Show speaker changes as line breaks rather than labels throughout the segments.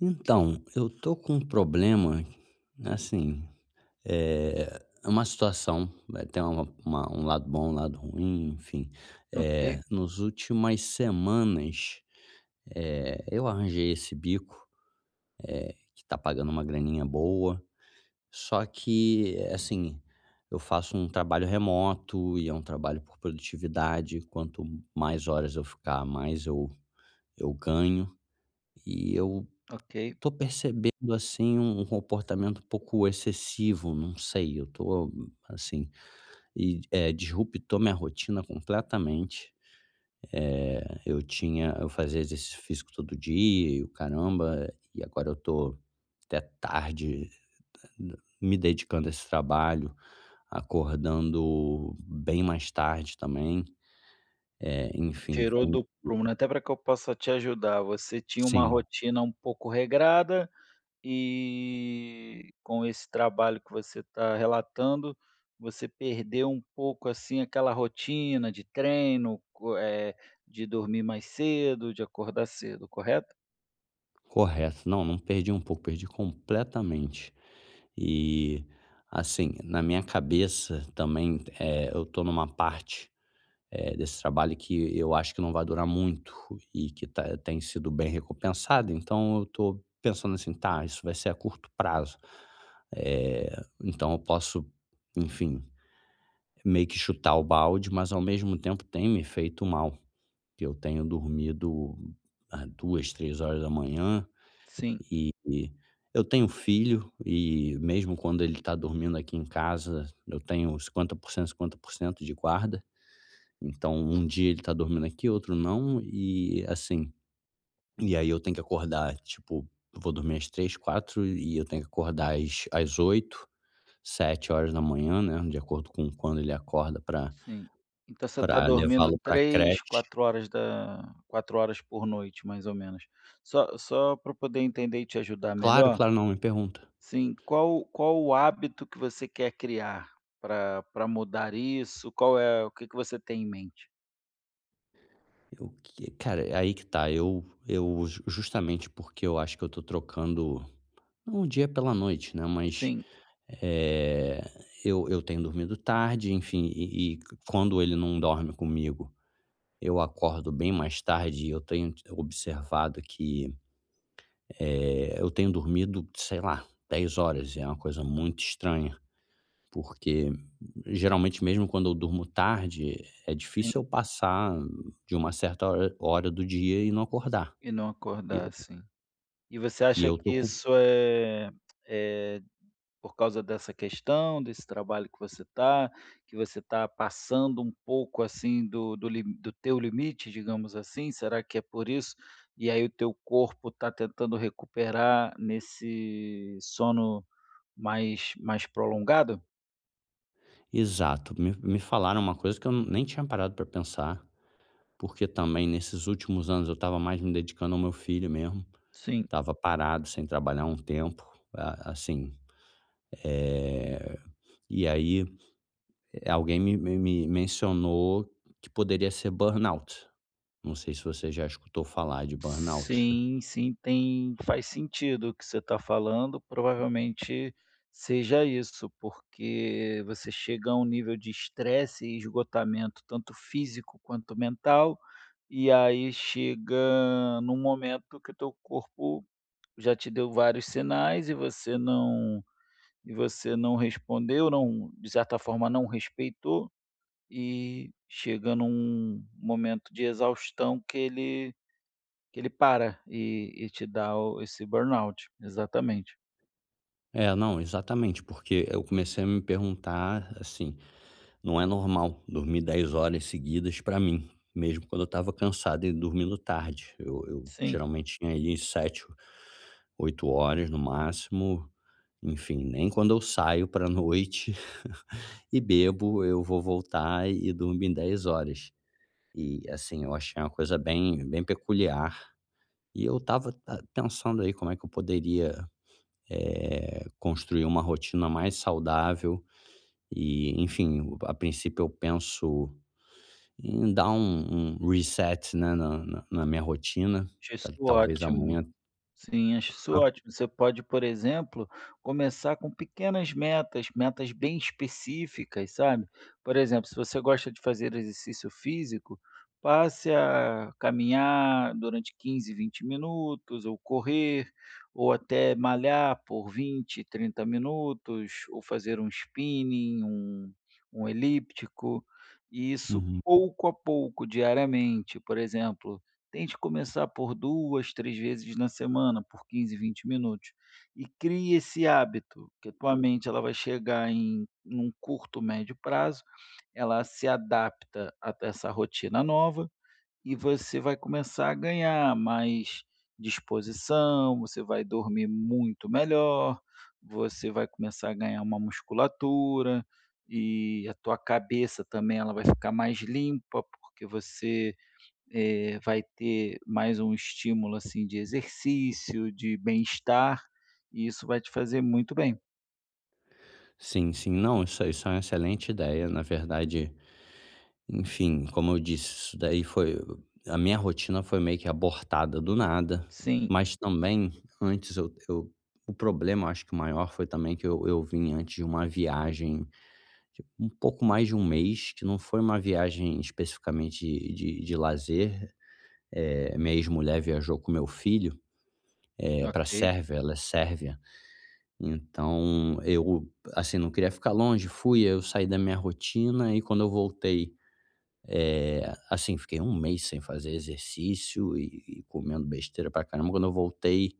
Então, eu tô com um problema, assim, é uma situação, tem uma um lado bom, um lado ruim, enfim.
Ok,
Nos últimas semanas, eu arranjei esse bico, que tá pagando uma graninha boa, só que, assim, eu faço um trabalho remoto e é um trabalho por produtividade, quanto mais horas eu ficar, mais eu ganho, e eu
ok.
tô percebendo, assim, um comportamento um pouco excessivo, não sei, eu tô, assim, e, disruptou minha rotina completamente. Eu fazia exercício físico todo dia e o caramba, e agora eu tô até tarde me dedicando a esse trabalho, acordando bem mais tarde também,
Te
enfim,
tirou
com.
do prumo, né, até para que eu possa te ajudar. Você tinha uma
Sim,
rotina um pouco regrada e, com esse trabalho que você está relatando, você perdeu um pouco, assim, aquela rotina de treino, de dormir mais cedo, de acordar cedo, correto?
correto. Não, não perdi um pouco, perdi completamente. E, assim, na minha cabeça também, eu tô numa parte, desse trabalho que eu acho que não vai durar muito e que tem sido bem recompensado, então eu tô pensando assim: "Tá, isso vai ser a curto prazo". Eh, então eu posso, enfim, meio que chutar o balde, mas ao mesmo tempo tem me feito mal. Que Eu tenho dormido, 2, 3 horas da manhã
Sim,
e eu tenho filho e mesmo quando ele está dormindo aqui em casa, eu tenho cinquenta por cento de guarda. Então, um dia ele está dormindo aqui, outro não, e assim, e aí eu tenho que acordar, tipo, eu vou dormir às 3, 4 e eu tenho que acordar às 8, 7 horas da manhã, né, de acordo com quando ele acorda pra
sim. Então você está dormindo
levá-lo pra
3,
creche.
4 horas da 4 horas por noite, mais ou menos. Só para poder entender e te ajudar
Claro,
melhor.
claro, não, me pergunta.
Sim, qual o hábito que você quer criar para mudar isso? Qual é o que que você tem em mente?
Eu que cara, é aí que tá, eu ju justamente porque eu acho que eu tô trocando não o dia pela noite, né, mas,
Sim,
eh, eu tenho dormido tarde, enfim, e quando ele não dorme comigo, eu acordo bem mais tarde e eu tenho observado que, eu tenho dormido, sei lá, 10 horas. E é uma coisa muito estranha, porque geralmente mesmo quando eu durmo tarde, é difícil
sim,
eu passar de uma certa hora do dia e não acordar.
e não
E
acordar,
eu
sim. E você
e
acha que
eu tô com.
isso é por causa dessa questão, desse trabalho que você está, passando um pouco, assim, do teu limite, digamos assim? Será que é por isso? E aí o teu corpo está tentando recuperar nesse sono mais prolongado?
Exato, me falaram uma coisa que eu nem tinha parado para pensar. Porque também nesses últimos anos eu estava mais me dedicando ao meu filho mesmo,
Sim.
estava parado sem trabalhar um tempo, assim, eh, e aí alguém me mencionou que poderia ser burnout. Não sei se você já escutou falar de burnout.
Sim, sim, tem faz sentido o que você está falando. Provavelmente seja isso, porque você chega a um nível de estresse e esgotamento, tanto físico quanto mental, e aí chega num momento que o teu corpo já te deu vários sinais e você não respondeu, não, de certa forma não respeitou, e chega num momento de exaustão que ele para e te dá o esse burnout, exatamente.
É, não, exatamente, porque eu comecei a me perguntar, assim, não é normal dormir 10 horas seguidas para mim, mesmo quando eu estava cansado e dormindo tarde. Eu
Sim,
geralmente tinha aí 7, 8 horas no máximo, enfim, nem quando eu saio pra noite e bebo, eu vou voltar e dormir em 10 horas. E, assim, eu achei uma coisa bem bem peculiar, e eu tava ta pensando aí como é que eu poderia, construir uma rotina mais saudável e, enfim, a princípio eu penso em dar um reset, né, na minha rotina,
achei isso
ta
é
talvez
ótimo.
amanhã.
Sim, acho isso ótimo. Você pode, por exemplo, começar com pequenas metas, metas bem específicas, sabe? Por exemplo, se você gosta de fazer exercício físico, passe a caminhar durante 15 20 minutos, ou correr, ou até malhar por 20 30 minutos, ou fazer um spinning, um elíptico, e isso
Uhum.
pouco a pouco, diariamente, por exemplo. Tente começar por 2, 3 vezes na semana, por 15, 20 minutos, e crie esse hábito, que a tua mente ela vai chegar em um curto, médio prazo. Ela se adapta a essa rotina nova, e você vai começar a ganhar mais disposição, você vai dormir muito melhor, você vai começar a ganhar uma musculatura, e a tua cabeça também ela vai ficar mais limpa, porque você vai ter mais um estímulo, assim, de exercício, de bem-estar, e isso vai te fazer muito bem.
Sim, sim. Não, isso é uma excelente ideia. Na verdade, enfim, como eu disse, isso daí foi a minha rotina foi meio que abortada do nada,
Sim,
mas também antes eu o problema, acho que o maior foi também que eu vim antes de uma viagem de um pouco mais de um mês, que não foi uma viagem especificamente de lazer. É minha ex-mulher viajou com meu filho, pra
ok,
Sérvia, ela é sérvia. Então, eu, assim, não queria ficar longe, eu saí da minha rotina e quando eu voltei, eh, assim, fiquei um mês sem fazer exercício e comendo besteira pra caramba. Quando eu voltei,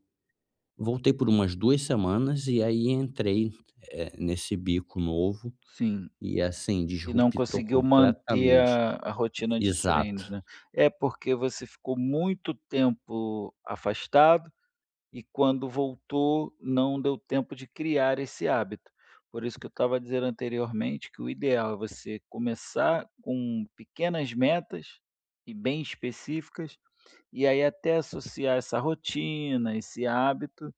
voltei por umas 2 semanas e aí entrei, nesse bico novo
sim.
e, assim,
E não
disruptou
conseguiu manter
completamente.
a rotina de treinos,
Exato.
né. É porque você ficou muito tempo afastado e quando voltou não deu tempo de criar esse hábito. Por isso que eu estava dizendo anteriormente que o ideal é você começar com pequenas metas e bem específicas. E aí, até associar essa rotina, esse hábito,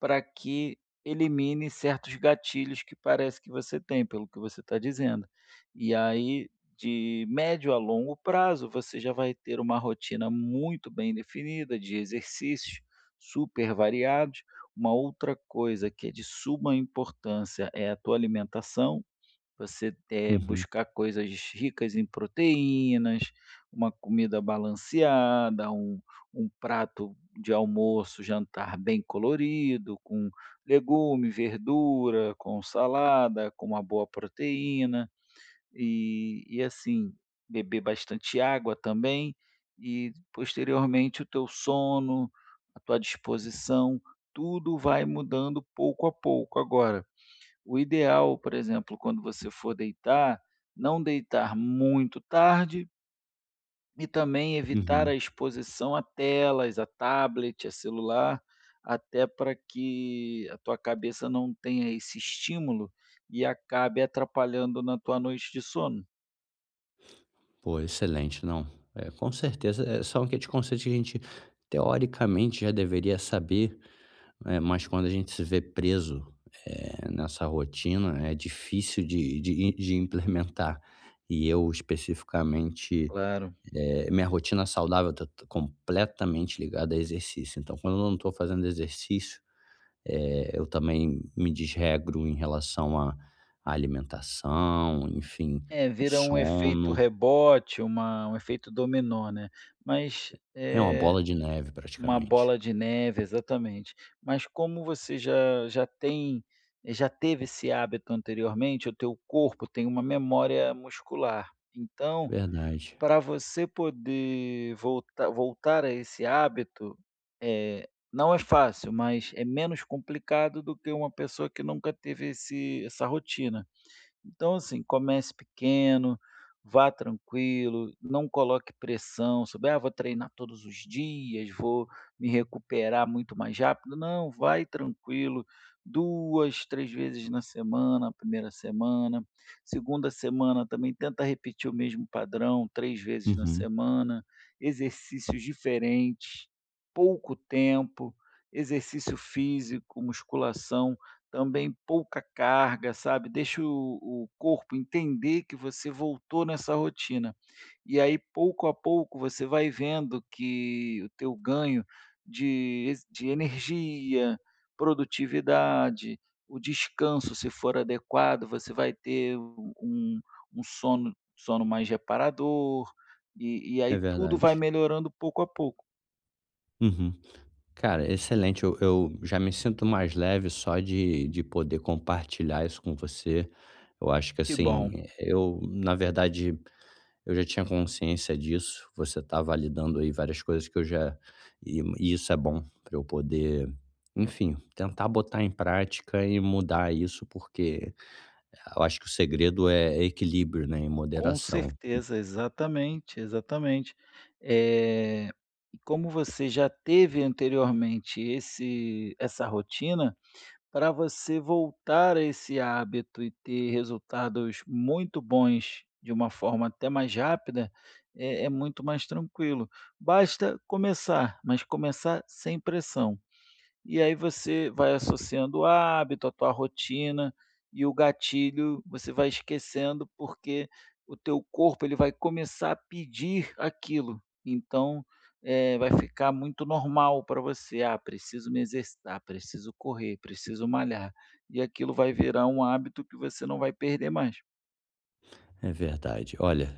para que elimine certos gatilhos que parece que você tem, pelo que você está dizendo. E aí, de médio a longo prazo, você já vai ter uma rotina muito bem definida de exercícios super variados. Uma outra coisa que é de suma importância é a tua alimentação. Você,
Uhum,
buscar coisas ricas em proteínas, uma comida balanceada, um prato de almoço, jantar bem colorido, com legume, verdura, com salada, com uma boa proteína, e assim, beber bastante água também, e posteriormente o teu sono, a tua disposição, tudo vai mudando pouco a pouco agora. O ideal, por exemplo, quando você for deitar, não deitar muito tarde e também evitar
uhum.
a exposição a telas, a tablet, a celular, até para que a tua cabeça não tenha esse estímulo e acabe atrapalhando na tua noite de sono.
Pô, excelente, não, com certeza, são aqueles conceitos que a gente teoricamente já deveria saber. É, mas quando a gente se vê preso, nessa rotina, é difícil de implementar. E eu especificamente,
Claro.
minha rotina saudável está completamente ligada a exercício. Então quando eu não estou fazendo exercício, eu também me desregro em relação à alimentação, enfim,
É, vira um efeito
sono.
rebote, uma um efeito dominó, né. Mas,
É uma
eh
bola de neve
Uma
praticamente.
bola de neve, exatamente. Mas como você já teve esse hábito anteriormente, o teu corpo tem uma memória muscular. Então,
Verdade.
para você poder voltar a esse hábito, eh, não é fácil, mas é menos complicado do que uma pessoa que nunca teve esse essa rotina. Então, assim, comece pequeno, vá tranquilo, não coloque pressão sobre, ah, vou treinar todos os dias, vou me recuperar muito mais rápido. Não, vai tranquilo, duas, três vezes na semana, a primeira semana. Segunda semana também tenta repetir o mesmo padrão, três vezes na
Uhum.
semana, exercícios diferentes, pouco tempo, exercício físico, musculação também pouca carga, sabe, deixa o corpo entender que você voltou nessa rotina. E aí, pouco a pouco, você vai vendo que o teu ganho de energia, produtividade, o descanso, se for adequado, você vai ter um sono mais reparador, e
É
aí tudo vai
verdade.
melhorando pouco a pouco.
Uhum. Cara, excelente. Eu já me sinto mais leve só de poder compartilhar isso com você. Eu acho que
Que
assim,
bom.
eu, na verdade, eu já tinha consciência disso. Você está validando aí várias coisas que eu já. E isso é bom para eu poder, enfim, tentar botar em prática e mudar isso, porque eu acho que o segredo é equilíbrio, né? E
Com
moderação.
certeza, exatamente, exatamente. Eh, e como você já teve anteriormente esse essa rotina, para você voltar a esse hábito e ter resultados muito bons de uma forma até mais rápida, é muito mais tranquilo. Basta começar, mas começar sem pressão. E aí você vai associando o hábito, a tua rotina e o gatilho você vai esquecendo, porque o teu corpo ele vai começar a pedir aquilo. Então, vai ficar muito normal para você: "Ah, preciso me exercitar, preciso correr, preciso malhar", e aquilo vai virar um hábito que você não vai perder mais.
É verdade. Olha,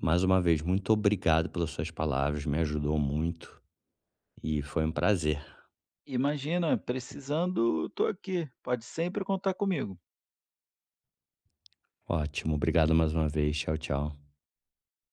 mais uma vez, muito obrigado pelas suas palavras, me ajudou muito e foi um prazer.
Imagina, precisando, estou aqui, pode sempre contar comigo.
Ótimo, obrigado mais uma vez. Tchau, tchau.